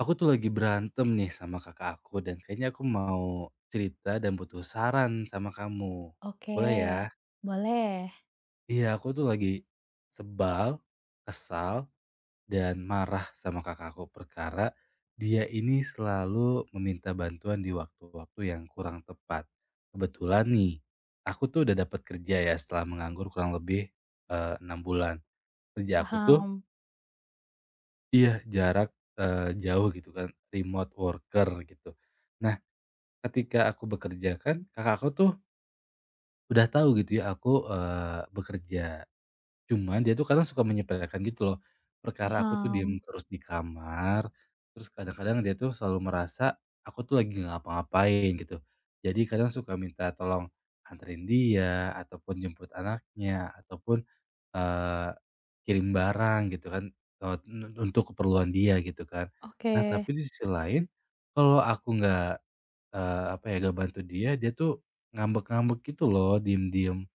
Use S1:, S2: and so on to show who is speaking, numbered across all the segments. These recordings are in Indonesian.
S1: Aku tuh lagi berantem nih sama kakak aku dan kayaknya aku mau cerita dan butuh saran sama kamu.
S2: Oke,
S1: Boleh ya?
S2: boleh.
S1: Iya, aku tuh lagi sebal, kesal, dan marah sama kakak aku perkara dia ini selalu meminta bantuan di waktu-waktu yang kurang tepat. Kebetulan nih, aku tuh udah dapat kerja ya setelah menganggur kurang lebih 6 bulan. Kerja aku tuh
S2: Paham
S1: iya jarak jauh gitu kan, remote worker gitu. Nah, ketika aku bekerja kan, kakak aku tuh udah tahu gitu ya aku, bekerja. Cuman dia tuh kadang suka menyepelekan gitu loh, perkara aku tuh diem
S2: paham.
S1: terus di kamar, terus kadang-kadang dia tuh selalu merasa aku tuh lagi nggak ngapa-ngapain gitu. Jadi kadang suka minta tolong anterin dia, ataupun jemput anaknya, ataupun, eee, kirim barang gitu kan, eee, untuk keperluan dia gitu kan. Nah
S2: Oke,
S1: tapi di sisi lain, kalau aku nggak apa ya, gak bantu dia, dia tuh ngambek-ngambek gitu loh, diem-diem,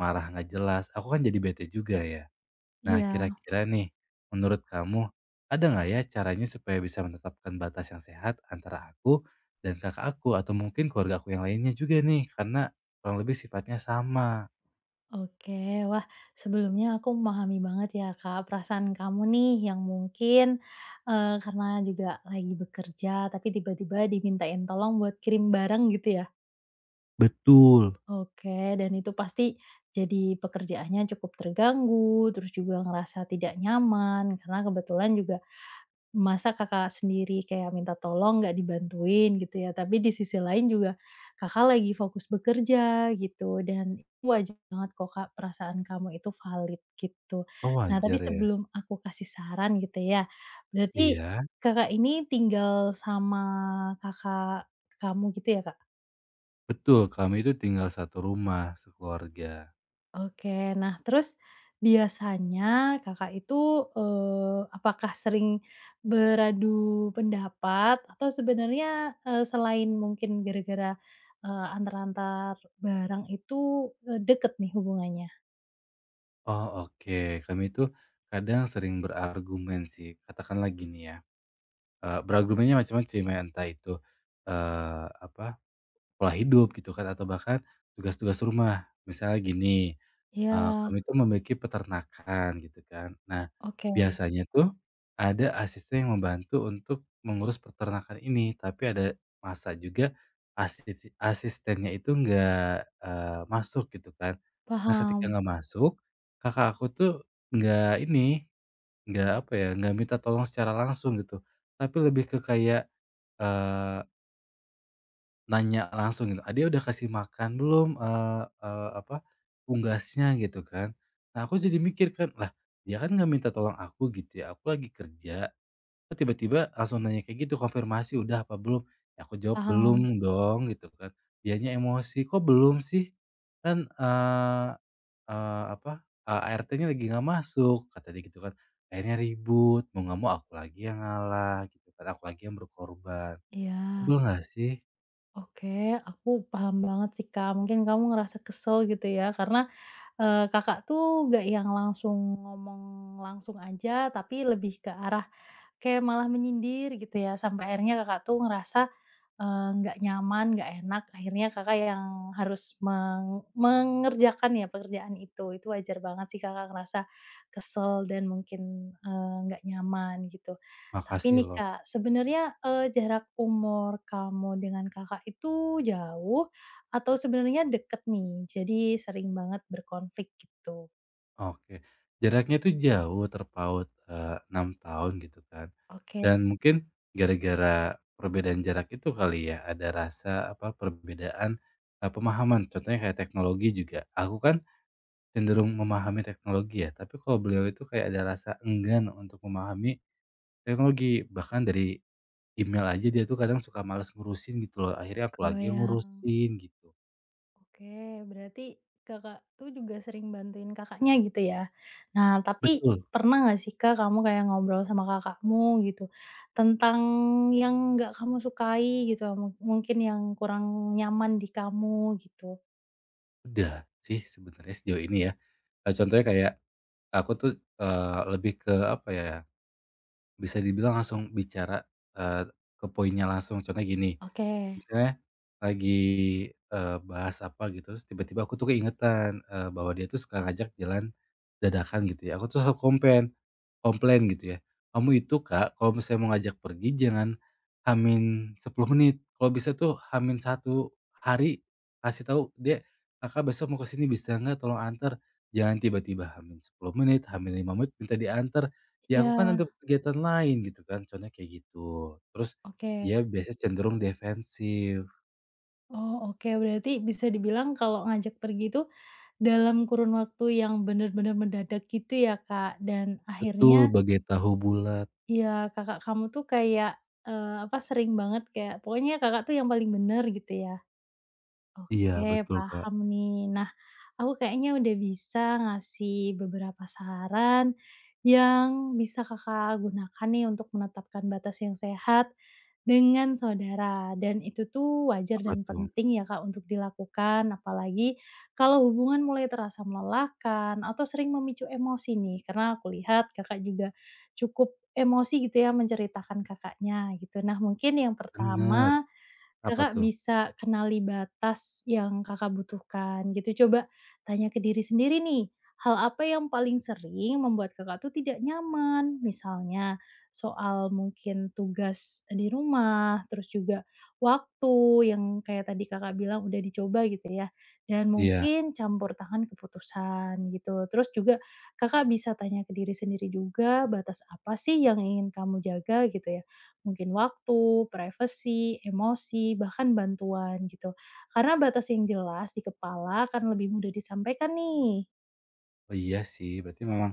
S1: marah nggak jelas, aku kan jadi bete juga ya. Nah,
S2: iya,
S1: kira-kira nih, menurut kamu ada nggak ya caranya supaya bisa menetapkan batas yang sehat antara aku dan kakak aku atau mungkin keluarga aku yang lainnya juga nih, karena kurang lebih sifatnya sama.
S2: oke. Wah, sebelumnya aku memahami banget ya, Kak, perasaan kamu nih yang mungkin, karena juga lagi bekerja, tapi tiba-tiba dimintain tolong buat kirim barang gitu ya?
S1: Betul.
S2: Oke, dan itu pasti jadi pekerjaannya cukup terganggu, terus juga ngerasa tidak nyaman, karena kebetulan juga masa Kakak sendiri kayak minta tolong nggak dibantuin gitu ya, tapi di sisi lain juga Kakak lagi fokus bekerja gitu dan wajar banget kok Kak, perasaan kamu itu valid gitu.
S1: Oh,
S2: Nah, tapi
S1: wajar ya?
S2: sebelum aku kasih saran gitu ya, berarti
S1: Iya,
S2: Kakak ini tinggal sama kakak kamu gitu ya, Kak?
S1: betul, kami itu tinggal satu rumah sekeluarga.
S2: Oke. Nah, terus biasanya Kakak itu, apakah sering beradu pendapat atau sebenarnya, selain mungkin gara-gara, antar-antar barang itu, deket nih hubungannya?
S1: Oh, oke, kami itu kadang sering berargumen sih, katakanlah gini ya. Beragumnya macam-macam ya, entah itu, eee, apa, pola hidup gitu kan atau bahkan tugas-tugas rumah. Misalnya gini,
S2: Ya,
S1: kami tuh memiliki peternakan gitu kan. Nah,
S2: oke.
S1: biasanya tuh ada asisten yang membantu untuk mengurus peternakan ini, tapi ada masa juga asistennya itu nggak, masuk gitu kan. Nah, ketika
S2: Paham
S1: nggak masuk, kakak aku tuh nggak ini nggak, apa ya, nggak minta tolong secara langsung gitu, tapi lebih ke kayak, eee, nanya langsung gitu, "Adik udah kasih makan belum, eee eee, apa, unggasnya?" Gitu kan. Nah, aku jadi mikir kan, "Lah, dia kan nggak minta tolong aku gitu ya, aku lagi kerja, kok tiba-tiba langsung nanya kayak gitu, konfirmasi, 'Udah apa belum?' Ya aku jawab,
S2: paham.
S1: 'Belum dong,' gitu kan. Dianya emosi, 'Kok belum sih?' Kan, ART-nya lagi nggak masuk kata dia gitu kan. Akhirnya ribut, mau nggak mau aku lagi yang ngalah gitu kan, aku lagi yang berkorban.
S2: Ya,
S1: Sebel nggak sih?
S2: oke. Aku paham banget sih, Kak. Mungkin kamu ngerasa kesel gitu ya karena, Kakak tuh gak yang langsung ngomong langsung aja, tapi lebih ke arah kayak malah menyindir gitu ya, sampai akhirnya Kakak tuh ngerasa, nggak nyaman, nggak enak, akhirnya Kakak yang harus mengerjakan ya pekerjaan itu. Itu wajar banget sih Kakak ngerasa kesel dan mungkin, nggak nyaman gitu. Tapi
S1: Makasih
S2: nih
S1: loh.
S2: Kak, sebenarnya, jarak umur kamu dengan Kakak itu jauh atau sebenarnya deket nih, jadi sering banget berkonflik gitu?
S1: Oke. Jaraknya tuh jauh terpaut, 6 tahun gitu kan.
S2: Oke,
S1: Dan mungkin gara-gara perbedaan jarak itu kali ya, ada rasa apa, perbedaan, pemahaman. Contohnya kayak teknologi juga, aku kan cenderung memahami teknologi ya, tapi kalau beliau itu kayak ada rasa enggan untuk memahami teknologi, bahkan dari email aja dia tuh kadang suka males ngurusin gitu loh, akhirnya aku lagi yang
S2: kebayang.
S1: ngurusin gitu.
S2: Oke, berarti Kakak tuh juga sering bantuin kakaknya gitu ya. Nah, tapi
S1: Betul,
S2: pernah nggak sih Kak, kamu kayak ngobrol sama kakakmu gitu tentang yang nggak kamu sukai gitu, mungkin yang kurang nyaman di kamu gitu?
S1: udah sih sebenarnya sejauh ini ya. Contohnya kayak aku tuh, lebih ke apa ya, bisa dibilang langsung bicara, eee, ke poinnya langsung, contohnya gini.
S2: Oke.
S1: Misalnya lagi, bahas apa gitu, terus tiba-tiba aku tuh keingetan, bahwa dia tuh suka ngajak jalan dadakan gitu ya, aku tuh selalu komplain komplain gitu ya, "Kamu itu Kak, kalau misalnya mau ngajak pergi jangan hamin 10 menit, kalau bisa tuh hamin 1 hari, kasih tahu, dia Kakak besok mau kesini bisa nggak tolong antar?' Jangan tiba-tiba hamin 10 menit, hamin 5 menit minta diantar, ya aku kan ada
S2: Iya,
S1: kegiatan lain," gitu kan, contohnya kayak gitu. Terus
S2: oke.
S1: dia biasanya cenderung defensif.
S2: Oh, oke. Berarti bisa dibilang kalau ngajak pergi itu dalam kurun waktu yang benar-benar mendadak gitu ya, Kak. Dan
S1: Betul,
S2: akhirnya
S1: bagai tahu bulat.
S2: iya, kakak kamu tuh kayak, apa, sering banget kayak pokoknya Kakak tuh yang paling bener gitu ya.
S1: Iya,
S2: Oke,
S1: betul, Kak.
S2: paham nih. Nah, aku kayaknya udah bisa ngasih beberapa saran yang bisa Kakak gunakan nih untuk menetapkan batas yang sehat dengan saudara. Dan itu tuh wajar
S1: Apa
S2: dan
S1: tuh?
S2: penting ya Kak untuk dilakukan, apalagi kalau hubungan mulai terasa melelahkan atau sering memicu emosi nih. Karena aku lihat Kakak juga cukup emosi gitu ya menceritakan kakaknya gitu. Nah, mungkin yang
S1: Bener.
S2: pertama
S1: Apa
S2: Kakak
S1: tuh?
S2: bisa kenali batas yang Kakak butuhkan gitu. Coba tanya ke diri sendiri nih, hal apa yang paling sering membuat Kakak tuh tidak nyaman? Misalnya soal mungkin tugas di rumah, terus juga waktu yang kayak tadi Kakak bilang udah dicoba gitu ya, dan
S1: Iya.
S2: mungkin campur tangan keputusan gitu. Terus juga Kakak bisa tanya ke diri sendiri juga, batas apa sih yang ingin kamu jaga gitu ya. Mungkin waktu, privasi, emosi, bahkan bantuan gitu. Karena batas yang jelas di kepala akan lebih mudah disampaikan nih.
S1: Oh, iya sih, berarti memang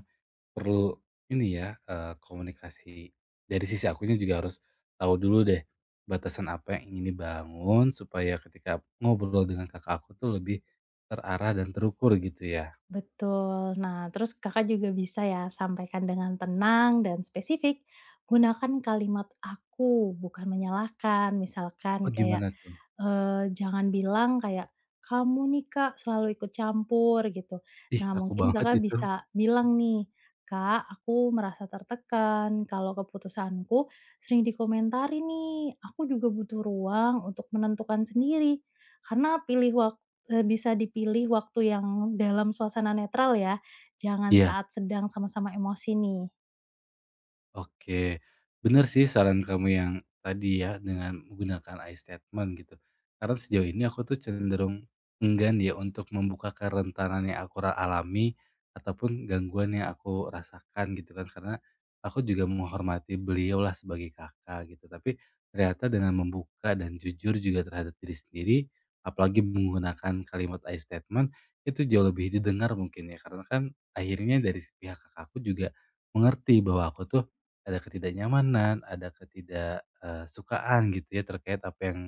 S1: perlu ini ya, komunikasi dari sisi akunya juga harus tahu dulu deh, batasan apa yang ingin dibangun supaya ketika ngobrol dengan kakak aku tuh lebih terarah dan terukur gitu ya.
S2: Betul. Nah, terus Kakak juga bisa ya sampaikan dengan tenang dan spesifik. Gunakan kalimat "aku", bukan menyalahkan. Misalkan
S1: Oh,
S2: kayak,
S1: gimana tuh?
S2: jangan bilang kayak, "Kamu nih, Kak, selalu ikut campur", gitu.
S1: Ih,
S2: Nah,
S1: aku
S2: mungkin
S1: banget
S2: Kakak
S1: itu.
S2: bisa bilang nih, "Kak, aku merasa tertekan kalau keputusanku sering dikomentari nih. Aku juga butuh ruang untuk menentukan sendiri, karena pilih waktu. Bisa dipilih waktu yang dalam suasana netral ya, jangan
S1: Iya.
S2: saat sedang sama-sama emosi nih.
S1: Oke, bener sih saran kamu yang tadi ya, dengan menggunakan I statement gitu. Karena sejauh ini aku tuh cenderung enggan ya untuk membuka kerentanan yang alami ataupun gangguan yang aku rasakan gitu kan. Karena aku juga menghormati beliau lah sebagai kakak gitu. Tapi ternyata dengan membuka dan jujur juga terhadap diri sendiri, apalagi menggunakan kalimat I statement, itu jauh lebih didengar mungkin ya. Karena kan akhirnya dari pihak kakakku juga mengerti bahwa aku tuh ada ketidaknyamanan, ada ketidak sukaan gitu ya terkait apa yang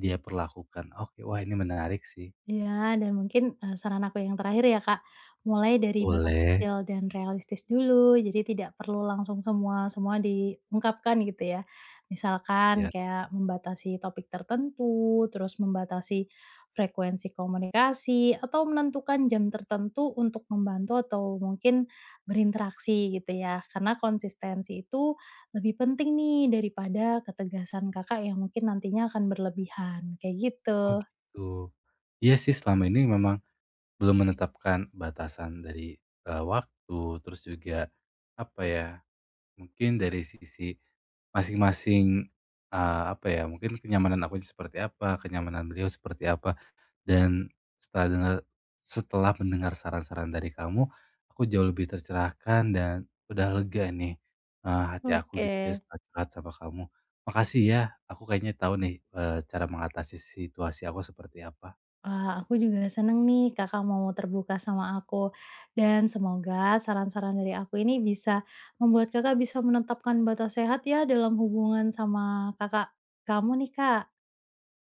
S1: dia perlakukan. Oke, wah ini menarik sih.
S2: Iya, dan mungkin, saran aku yang terakhir ya, Kak, mulai dari batas
S1: Boleh.
S2: kecil dan realistis dulu, jadi tidak perlu langsung semua semua diungkapkan gitu ya. Misalkan
S1: Ya.
S2: kayak membatasi topik tertentu, terus membatasi frekuensi komunikasi, atau menentukan jam tertentu untuk membantu atau mungkin berinteraksi gitu ya, karena konsistensi itu lebih penting nih daripada ketegasan Kakak yang mungkin nantinya akan berlebihan, kayak
S1: Oh
S2: gitu.
S1: gitu. Iya sih selama ini memang belum menetapkan batasan dari, waktu, terus juga apa ya, mungkin dari sisi masing-masing, apa ya, mungkin kenyamanan aku seperti apa, kenyamanan beliau seperti apa. Dan setelah dengar setelah mendengar saran-saran dari kamu, aku jauh lebih tercerahkan dan udah lega nih, hati aku gitu ya
S2: Oke.
S1: setelah curhat sama kamu. Makasih ya, aku kayaknya tahu nih, cara mengatasi situasi aku seperti apa.
S2: Wah, aku juga seneng nih Kakak mau terbuka sama aku, dan semoga saran-saran dari aku ini bisa membuat Kakak bisa menetapkan batas sehat ya dalam hubungan sama kakak kamu nih, Kak.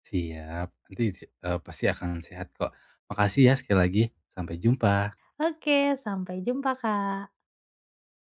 S1: Siap, nanti se pasti akan sehat kok. Makasih ya sekali lagi, sampai jumpa.
S2: Oke, sampai jumpa, Kak.